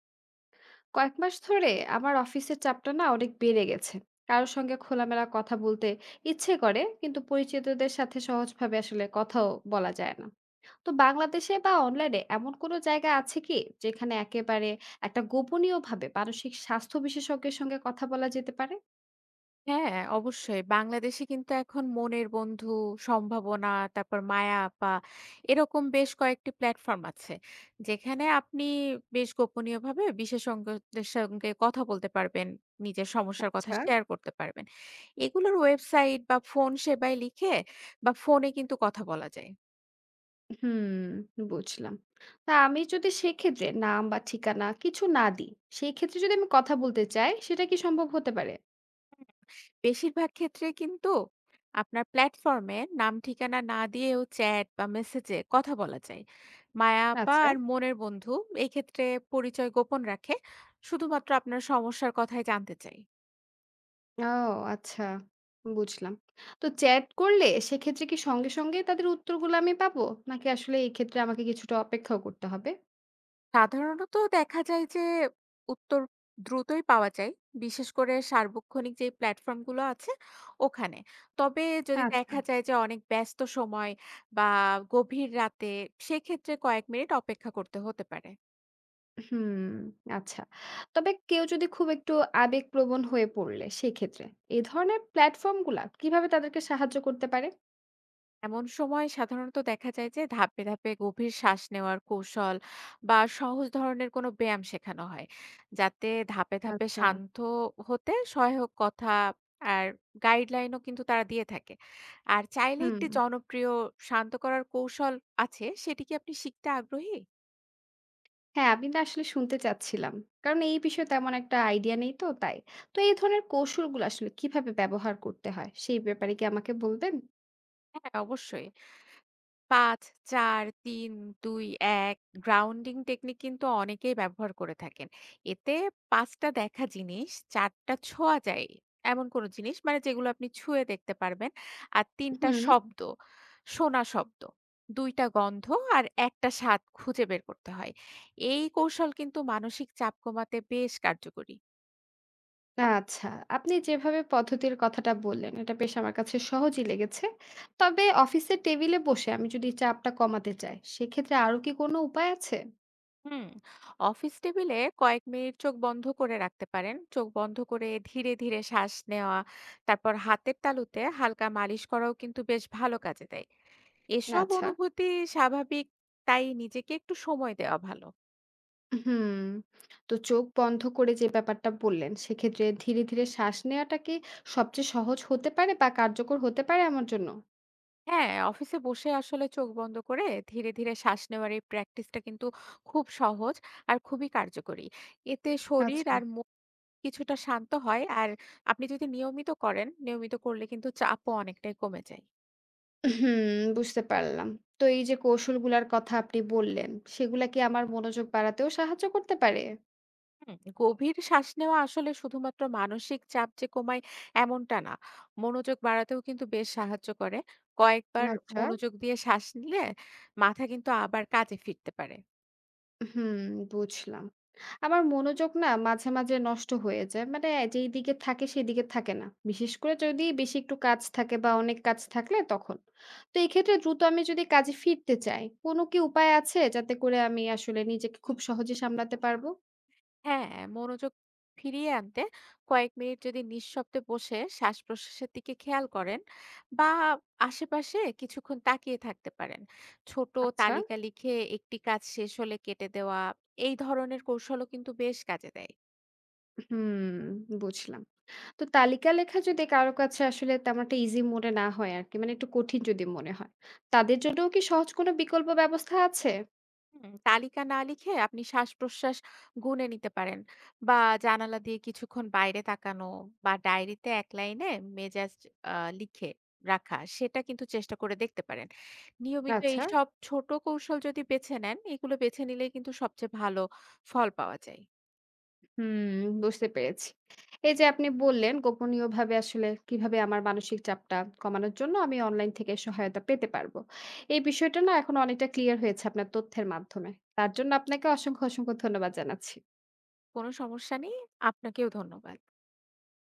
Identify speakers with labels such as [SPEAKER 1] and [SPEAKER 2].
[SPEAKER 1] কয়েক মাস ধরে আমার অফিসের চাপটা না অনেক বেড়ে গেছে। কারোর সঙ্গে খোলামেলা কথা বলতে ইচ্ছে করে, কিন্তু পরিচিতদের সাথে সহজভাবে আসলে কথাও বলা যায় না। তো বাংলাদেশে বা অনলাইনে এমন কোনো জায়গা আছে কি যেখানে একেবারে একটা গোপনীয় ভাবে মানসিক স্বাস্থ্য বিশেষজ্ঞের সঙ্গে কথা বলা যেতে পারে?
[SPEAKER 2] হ্যাঁ, অবশ্যই। বাংলাদেশে কিন্তু এখন মনের বন্ধু, সম্ভাবনা, তারপর মায়া আপা এরকম বেশ কয়েকটি প্ল্যাটফর্ম আছে। যেখানে আপনি বেশ গোপনীয়ভাবে বিশেষজ্ঞদের সঙ্গে কথা বলতে পারবেন। নিজের সমস্যার কথা
[SPEAKER 1] আচ্ছা।
[SPEAKER 2] শেয়ার করতে পারবেন। এগুলোর ওয়েবসাইট বা ফোন সেবায় লিখে বা ফোনে কিন্তু কথা বলা যায়।
[SPEAKER 1] হুম, বুঝলাম। তা আমি যদি সেক্ষেত্রে নাম বা ঠিকানা কিছু না দিই, সেই ক্ষেত্রে যদি আমি কথা বলতে চাই সেটা কি সম্ভব হতে পারে?
[SPEAKER 2] বেশিরভাগ ক্ষেত্রে কিন্তু আপনার প্ল্যাটফর্মে নাম ঠিকানা না দিয়েও চ্যাট বা মেসেজে কথা বলা যায়, মায়াপা
[SPEAKER 1] আচ্ছা।
[SPEAKER 2] আর মনের বন্ধু এই ক্ষেত্রে পরিচয় গোপন রাখে, শুধুমাত্র আপনার সমস্যার কথাই জানতে চাই।
[SPEAKER 1] ও, আচ্ছা, বুঝলাম। তো চ্যাট করলে সেক্ষেত্রে কি সঙ্গে সঙ্গে তাদের উত্তরগুলো আমি পাবো? নাকি আসলে এই ক্ষেত্রে আমাকে কিছুটা অপেক্ষাও করতে হবে?
[SPEAKER 2] সাধারণত দেখা যায় যে উত্তর দ্রুতই পাওয়া যায়, বিশেষ করে সার্বক্ষণিক যে প্ল্যাটফর্মগুলো আছে ওখানে। তবে যদি
[SPEAKER 1] আচ্ছা।
[SPEAKER 2] দেখা যায় যে অনেক ব্যস্ত সময় বা গভীর রাতে, সেক্ষেত্রে কয়েক মিনিট অপেক্ষা করতে হতে পারে।
[SPEAKER 1] হুম, আচ্ছা। তবে কেউ যদি খুব একটু আবেগপ্রবণ হয়ে পড়লে সেক্ষেত্রে এই ধরনের প্ল্যাটফর্মগুলা কিভাবে তাদেরকে সাহায্য করতে পারে?
[SPEAKER 2] এমন সময় সাধারণত দেখা যায় যে ধাপে ধাপে গভীর শ্বাস নেওয়ার কৌশল বা সহজ ধরনের কোনো ব্যায়াম শেখানো হয়, যাতে ধাপে ধাপে
[SPEAKER 1] আচ্ছা।
[SPEAKER 2] শান্ত হতে সহায়ক কথা আর গাইডলাইনও কিন্তু তারা দিয়ে থাকে। আর চাইলে
[SPEAKER 1] হুম।
[SPEAKER 2] একটি জনপ্রিয় শান্ত করার কৌশল আছে, সেটি কি আপনি শিখতে আগ্রহী?
[SPEAKER 1] হ্যাঁ, আমি না আসলে শুনতে চাচ্ছিলাম। কারণ এই বিষয়ে তেমন একটা আইডিয়া নেই তো তাই। তো এই ধরনের কৌশলগুলো আসলে কিভাবে ব্যবহার করতে হয় সেই ব্যাপারে কি আমাকে বলবেন?
[SPEAKER 2] হ্যাঁ, অবশ্যই। ৫, ৪, ৩, ২, ১ গ্রাউন্ডিং টেকনিক কিন্তু অনেকেই ব্যবহার করে থাকেন। এতে ৫টা টা দেখা জিনিস, ৪টা টা ছোঁয়া যায় এমন কোনো জিনিস, মানে যেগুলো আপনি ছুঁয়ে দেখতে পারবেন। আর ৩টা টা
[SPEAKER 1] হুম।
[SPEAKER 2] শব্দ, শোনা শব্দ, ২টা টা গন্ধ আর ১টা টা স্বাদ খুঁজে বের করতে হয়। এই কৌশল কিন্তু মানসিক চাপ কমাতে বেশ কার্যকরী।
[SPEAKER 1] আচ্ছা, আপনি যেভাবে পদ্ধতির কথাটা বললেন, এটা বেশ আমার কাছে সহজই লেগেছে। তবে অফিসের টেবিলে বসে আমি যদি চাপটা কমাতে চাই, সেক্ষেত্রে আরো কি কোনো উপায় আছে?
[SPEAKER 2] হুম, অফিস টেবিলে কয়েক মিনিট চোখ বন্ধ করে রাখতে পারেন। চোখ বন্ধ করে ধীরে ধীরে শ্বাস নেওয়া, তারপর হাতের তালুতে হালকা মালিশ করাও কিন্তু বেশ ভালো কাজে দেয়। এসব
[SPEAKER 1] আচ্ছা।
[SPEAKER 2] অনুভূতি স্বাভাবিক, তাই নিজেকে একটু সময় দেওয়া ভালো।
[SPEAKER 1] হুম। তো চোখ বন্ধ করে যে ব্যাপারটা বললেন, সেক্ষেত্রে ধীরে ধীরে শ্বাস নেওয়াটা কি সবচেয়ে সহজ হতে পারে বা কার্যকর হতে পারে আমার জন্য?
[SPEAKER 2] হ্যাঁ, অফিসে বসে আসলে চোখ বন্ধ করে ধীরে ধীরে শ্বাস নেওয়ার এই প্র্যাকটিসটা কিন্তু খুব সহজ আর খুবই কার্যকরী। এতে শরীর
[SPEAKER 1] আচ্ছা।
[SPEAKER 2] আর মন কিছুটা শান্ত হয়, আর আপনি যদি নিয়মিত করেন, নিয়মিত করলে কিন্তু চাপও অনেকটাই কমে যায়।
[SPEAKER 1] হুম, বুঝতে পারলাম। তো এই যে কৌশলগুলার কথা আপনি বললেন, সেগুলা কি আমার মনোযোগ বাড়াতেও সাহায্য করতে পারে?
[SPEAKER 2] হুম, গভীর শ্বাস নেওয়া আসলে শুধুমাত্র মানসিক চাপ যে কমায় এমনটা না, মনোযোগ বাড়াতেও কিন্তু বেশ সাহায্য করে। কয়েকবার
[SPEAKER 1] আচ্ছা।
[SPEAKER 2] মনোযোগ দিয়ে শ্বাস নিলে মাথা কিন্তু আবার কাজে ফিরতে পারে।
[SPEAKER 1] হুম, বুঝলাম। আমার মনোযোগ না মাঝে মাঝে নষ্ট হয়ে যায়। মানে যেই দিকে থাকে সেদিকে থাকে না। বিশেষ করে যদি বেশি একটু কাজ থাকে বা অনেক কাজ থাকলে তখন। তো এক্ষেত্রে দ্রুত আমি যদি কাজে ফিরতে চাই, কোনো কি উপায় আছে যাতে করে আমি আসলে নিজেকে খুব সহজে সামলাতে পারবো?
[SPEAKER 2] হ্যাঁ, মনোযোগ ফিরিয়ে আনতে কয়েক মিনিট যদি নিঃশব্দে বসে শ্বাস প্রশ্বাসের দিকে খেয়াল করেন, বা আশেপাশে কিছুক্ষণ তাকিয়ে থাকতে পারেন। ছোট
[SPEAKER 1] আচ্ছা।
[SPEAKER 2] তালিকা লিখে একটি কাজ শেষ হলে কেটে দেওয়া, এই ধরনের কৌশলও কিন্তু বেশ কাজে দেয়।
[SPEAKER 1] হুম, বুঝলাম। তো তালিকা লেখা যদি কারো কাছে আসলে তেমন একটা ইজি মনে না হয় আরকি, মানে একটু কঠিন যদি মনে হয়, তাদের জন্যও কি সহজ কোনো বিকল্প ব্যবস্থা আছে?
[SPEAKER 2] হুম, তালিকা না লিখে আপনি শ্বাস-প্রশ্বাস গুনে নিতে পারেন, বা জানালা দিয়ে কিছুক্ষণ বাইরে তাকানো, বা ডায়েরিতে এক লাইনে মেজাজ লিখে রাখা, সেটা কিন্তু চেষ্টা করে দেখতে পারেন। নিয়মিত
[SPEAKER 1] আচ্ছা।
[SPEAKER 2] এইসব ছোট কৌশল যদি বেছে নেন, এগুলো বেছে নিলেই কিন্তু সবচেয়ে ভালো ফল পাওয়া যায়।
[SPEAKER 1] হুম, বুঝতে পেরেছি। এই যে আপনি বললেন গোপনীয়ভাবে আসলে কিভাবে আমার মানসিক চাপটা কমানোর জন্য আমি অনলাইন থেকে সহায়তা পেতে পারবো। এই বিষয়টা না এখন অনেকটা ক্লিয়ার হয়েছে আপনার তথ্যের মাধ্যমে। তার জন্য আপনাকে অসংখ্য, অসংখ্য ধন্যবাদ জানাচ্ছি।
[SPEAKER 2] কোনো সমস্যা নেই। আপনাকেও ধন্যবাদ।